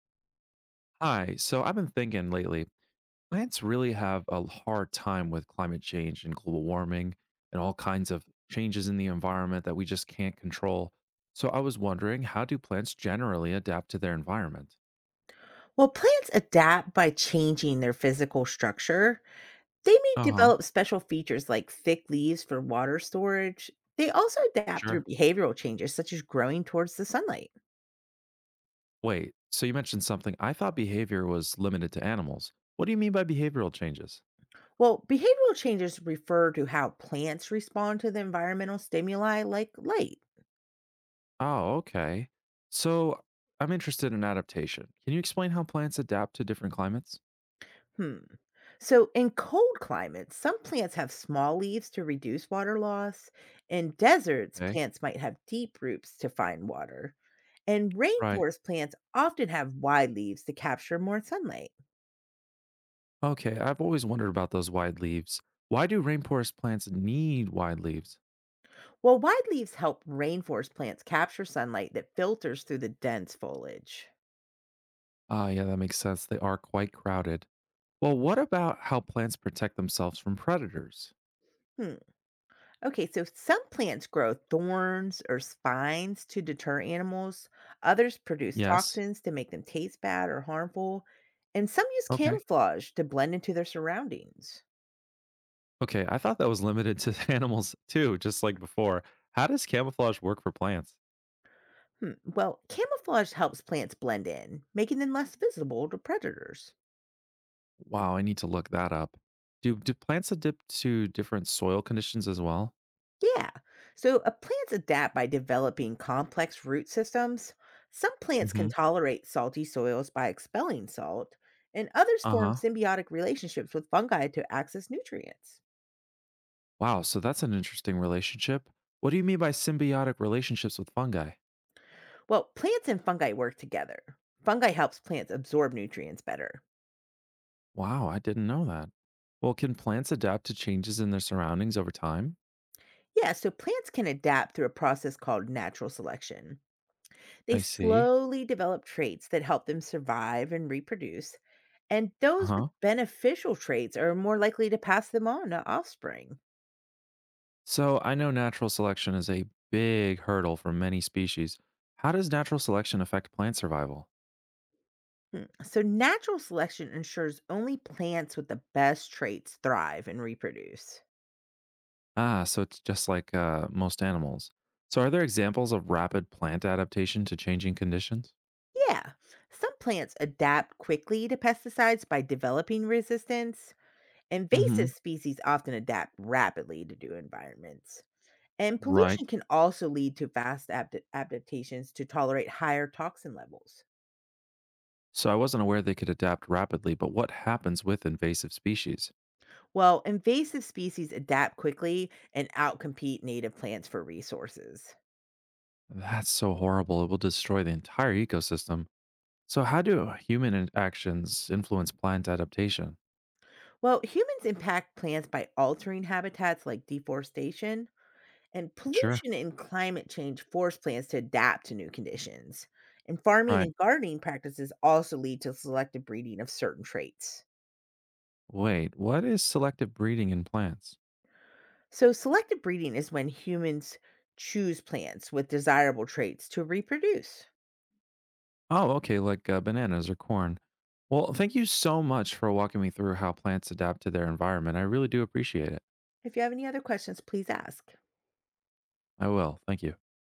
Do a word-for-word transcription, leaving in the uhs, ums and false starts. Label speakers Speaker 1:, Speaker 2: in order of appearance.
Speaker 1: Hi. So I've been thinking lately, plants really have a hard time with climate change and global warming and all kinds of changes in the environment that we just can't control. So I was wondering, how do plants generally adapt to their environment?
Speaker 2: While plants adapt by changing their physical structure, they may
Speaker 1: Uh huh.
Speaker 2: develop special features like thick leaves for water storage. They also adapt through
Speaker 1: Sure.
Speaker 2: behavioral changes, such as growing towards the sunlight.
Speaker 1: Wait, so you mentioned something. I thought behavior was limited to animals. What do you mean by behavioral changes?
Speaker 2: Well, behavioral changes refer to how plants respond to the environmental stimuli like light.
Speaker 1: Oh, okay. So I'm interested in adaptation. Can you explain how plants adapt to different climates?
Speaker 2: Hmm. So, in cold climates, some plants have small leaves to reduce water loss. In deserts,
Speaker 1: Okay.
Speaker 2: plants might have deep roots to find water. And
Speaker 1: Right.
Speaker 2: rainforest plants often have wide leaves to capture more sunlight.
Speaker 1: Okay, I've always wondered about those wide leaves. Why do rainforest plants need wide leaves?
Speaker 2: Well, wide leaves help rainforest plants capture sunlight that filters through the dense foliage.
Speaker 1: Ah, yeah, that makes sense. They are quite crowded. Well, what about how plants protect themselves from predators?
Speaker 2: Hmm. Okay, so some plants grow thorns or spines to deter animals. Others produce
Speaker 1: Yes.
Speaker 2: toxins to make them taste bad or harmful. And some use
Speaker 1: Okay.
Speaker 2: camouflage to blend into their surroundings.
Speaker 1: Okay, I thought that was limited to animals too, just like before. How does camouflage work for plants?
Speaker 2: Hmm. Well, camouflage helps plants blend in, making them less visible to predators.
Speaker 1: Wow, I need to look that up. Do do plants adapt to different soil conditions as well?
Speaker 2: Yeah. So uh, plants adapt by developing complex root systems. Some plants can
Speaker 1: Mhm.
Speaker 2: tolerate salty soils by expelling salt, and others form
Speaker 1: Uh-huh.
Speaker 2: symbiotic relationships with fungi to access nutrients.
Speaker 1: Wow, so that's an interesting relationship. What do you mean by symbiotic relationships with fungi?
Speaker 2: Well, plants and fungi work together. Fungi helps plants absorb nutrients better.
Speaker 1: Wow, I didn't know that. Well, can plants adapt to changes in their surroundings over time?
Speaker 2: Yeah, so plants can adapt through a process called natural selection. They
Speaker 1: I see.
Speaker 2: slowly develop traits that help them survive and reproduce, and
Speaker 1: Uh
Speaker 2: those with
Speaker 1: huh.
Speaker 2: beneficial traits are more likely to pass them on to offspring.
Speaker 1: So I know natural selection is a big hurdle for many species. How does natural selection affect plant survival?
Speaker 2: Hmm. So, natural selection ensures only plants with the best traits thrive and reproduce.
Speaker 1: Ah, so it's just like uh, most animals. So are there examples of rapid plant adaptation to changing conditions?
Speaker 2: Yeah, some plants adapt quickly to pesticides by developing resistance.
Speaker 1: Mm hmm.
Speaker 2: Invasive species often adapt rapidly to new environments. And
Speaker 1: Right.
Speaker 2: pollution can also lead to fast adapt- adaptations to tolerate higher toxin levels.
Speaker 1: So I wasn't aware they could adapt rapidly, but what happens with invasive species?
Speaker 2: Well, invasive species adapt quickly and outcompete native plants for resources.
Speaker 1: That's so horrible. It will destroy the entire ecosystem. So, how do human in- actions influence plant adaptation?
Speaker 2: Well, humans impact plants by altering habitats like deforestation, and
Speaker 1: Sure.
Speaker 2: pollution and climate change force plants to adapt to new conditions. And farming
Speaker 1: Right.
Speaker 2: and gardening practices also lead to selective breeding of certain traits.
Speaker 1: Wait, what is selective breeding in plants?
Speaker 2: So, selective breeding is when humans choose plants with desirable traits to reproduce.
Speaker 1: Oh, okay, like uh, bananas or corn. Well, thank you so much for walking me through how plants adapt to their environment. I really do appreciate it.
Speaker 2: If you have any other questions, please ask.
Speaker 1: I will. Thank you.